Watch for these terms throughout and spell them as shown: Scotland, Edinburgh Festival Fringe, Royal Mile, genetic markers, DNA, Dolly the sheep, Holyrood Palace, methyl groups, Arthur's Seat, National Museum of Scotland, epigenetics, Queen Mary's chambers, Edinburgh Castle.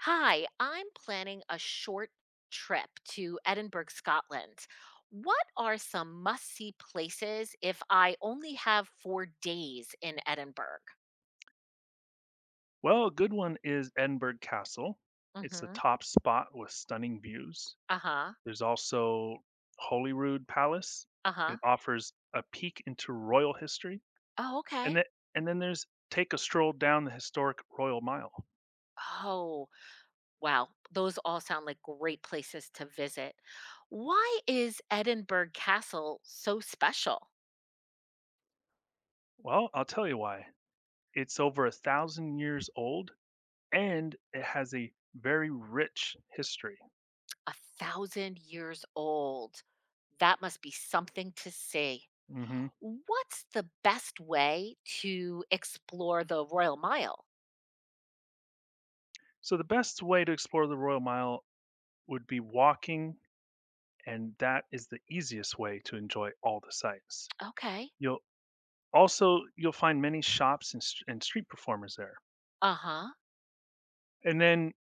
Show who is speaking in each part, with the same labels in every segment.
Speaker 1: Hi, I'm planning a short trip to Edinburgh, Scotland. What are some must see places if I only have four days in Edinburgh?
Speaker 2: Well, a good one is Edinburgh Castle. It's a
Speaker 1: Hmm.
Speaker 2: top spot with stunning views.
Speaker 1: Uh huh.
Speaker 2: There's also Holyrood Palace.
Speaker 1: Uh huh.
Speaker 2: It offers a peek into royal history.
Speaker 1: Oh,
Speaker 2: And
Speaker 1: okay.
Speaker 2: then and then there's Take a Stroll Down the Historic Royal Mile.
Speaker 1: Oh, wow. Those all sound like great places to visit. Why is Edinburgh Castle so special?
Speaker 2: Well, I'll tell you why. It's over a thousand years old and it has a very rich history.
Speaker 1: A thousand years old. That must be something to see.
Speaker 2: hmm
Speaker 1: What's the best way to explore the Royal Mile?
Speaker 2: So the best way to explore the Royal Mile would be walking, and that is the easiest way to enjoy all the sights.
Speaker 1: Okay.
Speaker 2: You'll you'll find many shops and and street performers there.
Speaker 1: Uh-huh.
Speaker 2: And then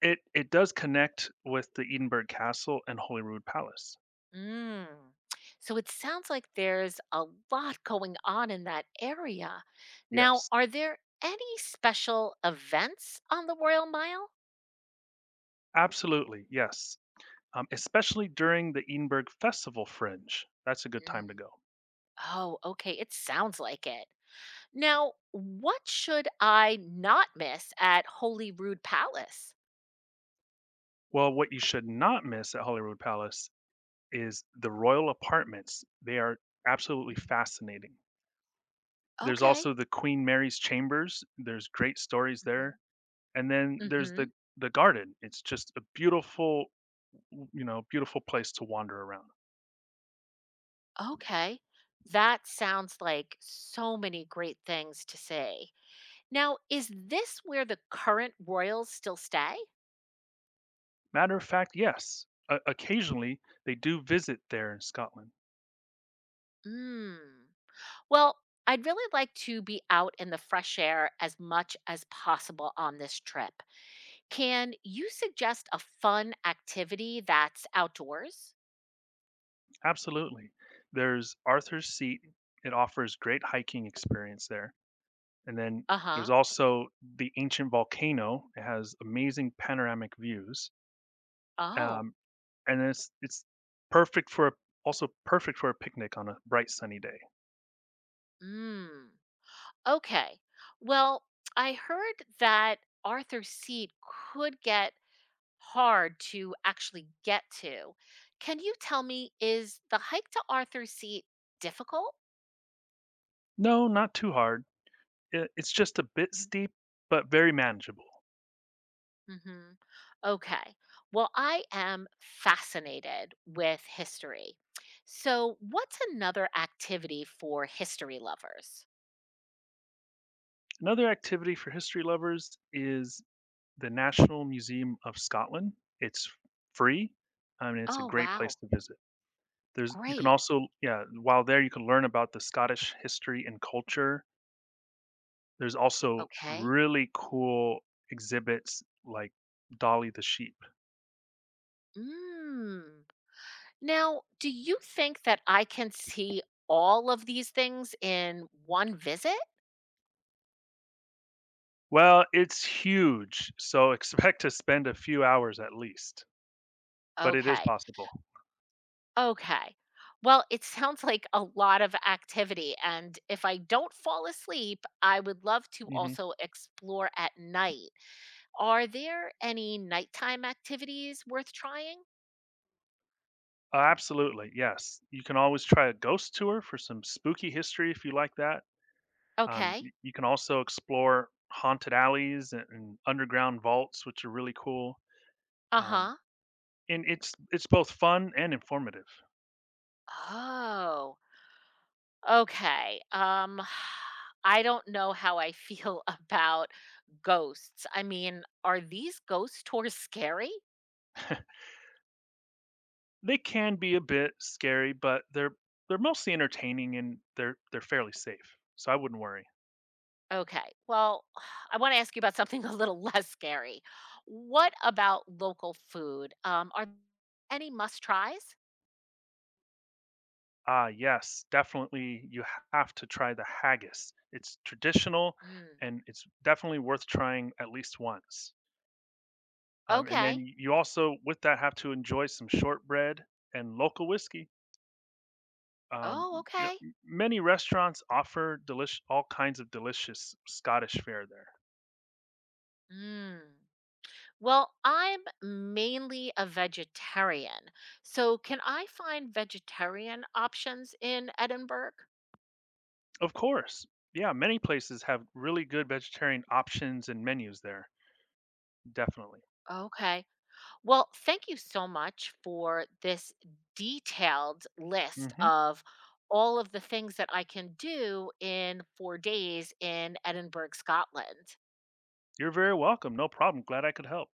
Speaker 2: it does connect with the Edinburgh Castle and Holyrood Palace.
Speaker 1: Mm. So it sounds like there's a lot going on in that area. Now,
Speaker 2: Yes.
Speaker 1: are there any special events on the Royal Mile?
Speaker 2: Absolutely. Yes. Especially during the Edinburgh Festival Fringe. That's a good time to
Speaker 1: Mm.
Speaker 2: go.
Speaker 1: Oh, okay. It sounds like it. Now, what should I not miss at Holyrood Palace?
Speaker 2: Well, what you should not miss at Holyrood Palace is the royal apartments. They are absolutely
Speaker 1: Mhm.
Speaker 2: fascinating. There's
Speaker 1: Okay.
Speaker 2: also the Queen Mary's chambers. There's great stories
Speaker 1: Hmm.
Speaker 2: there. And then there's
Speaker 1: Mm-hmm.
Speaker 2: the garden. It's just a beautiful beautiful place to wander around.
Speaker 1: Okay. That sounds like so many great things to say. Now, is this where the current royals still stay?
Speaker 2: Matter of fact, yes. Occasionally, they do visit there in Scotland.
Speaker 1: Mm. Well, I'd really like to be out in the fresh air as much as possible on this trip. Can you suggest a fun activity that's outdoors?
Speaker 2: Absolutely. There's Arthur's Seat. It offers great hiking experience there. And then
Speaker 1: Uh
Speaker 2: there's
Speaker 1: huh.
Speaker 2: also the ancient volcano. It has amazing panoramic views.
Speaker 1: Oh.
Speaker 2: Um, And it's perfect for a perfect for a picnic on a bright, sunny day.
Speaker 1: Mm. Okay. Well, I heard that Arthur's Seat could get hard to actually get to. Can you tell me, is the hike to Arthur's Seat difficult?
Speaker 2: No, not too hard. I It's just a bit steep, but very manageable.
Speaker 1: Mm-hmm. Okay. Well, I am fascinated with history. So, what's another activity for history lovers?
Speaker 2: Another activity for history lovers is the National Museum of Scotland. It's free, and it's a
Speaker 1: Oh,
Speaker 2: great place
Speaker 1: wow.
Speaker 2: to visit. There's you can
Speaker 1: Great.
Speaker 2: also yeah, while there, you can learn about the Scottish history and culture. There's also
Speaker 1: Okay.
Speaker 2: really cool exhibits like Dolly the sheep.
Speaker 1: Mm. Now, do you think that I can see all of these things in one visit?
Speaker 2: Well, it's huge, so expect to spend a few hours at least, but it is
Speaker 1: Okay.
Speaker 2: possible.
Speaker 1: Okay. Well, it sounds like a lot of activity. And if I don't fall asleep, I would love to
Speaker 2: Mhm.
Speaker 1: also explore at night. Are there any nighttime activities worth trying?
Speaker 2: Absolutely, yes. You can always try a ghost tour for some spooky history if you like that.
Speaker 1: Okay.
Speaker 2: Y You can also explore haunted alleys and underground vaults, which are really cool.
Speaker 1: Uh
Speaker 2: Um
Speaker 1: huh.
Speaker 2: and it's both fun and informative.
Speaker 1: Oh, okay. I don't know how I feel about ghosts. I mean, are these ghost tours scary?
Speaker 2: They can be a bit scary, but they're mostly entertaining and they're fairly safe. So I wouldn't worry.
Speaker 1: Okay. Well, I want to ask you about something a little less scary. What about local food? Are any must tries?
Speaker 2: Ah, yes, definitely you have to try the haggis. It's traditional
Speaker 1: Mm.
Speaker 2: and it's definitely worth trying at least once. And then
Speaker 1: Okay.
Speaker 2: you also with that have to enjoy some shortbread and local whiskey. Um,
Speaker 1: Oh, okay.
Speaker 2: Many restaurants offer delish all kinds of delicious Scottish fare there.
Speaker 1: Mm. Well, I'm mainly a vegetarian. So, can I find vegetarian options in Edinburgh?
Speaker 2: Of course. Yeah, many places have really good vegetarian options and menus there. Definitely.
Speaker 1: Okay. Well, thank you so much for this detailed list
Speaker 2: hmm
Speaker 1: of all of the things that I can do in 4 days in Edinburgh, Scotland.
Speaker 2: You're very welcome. No problem. Glad I could help.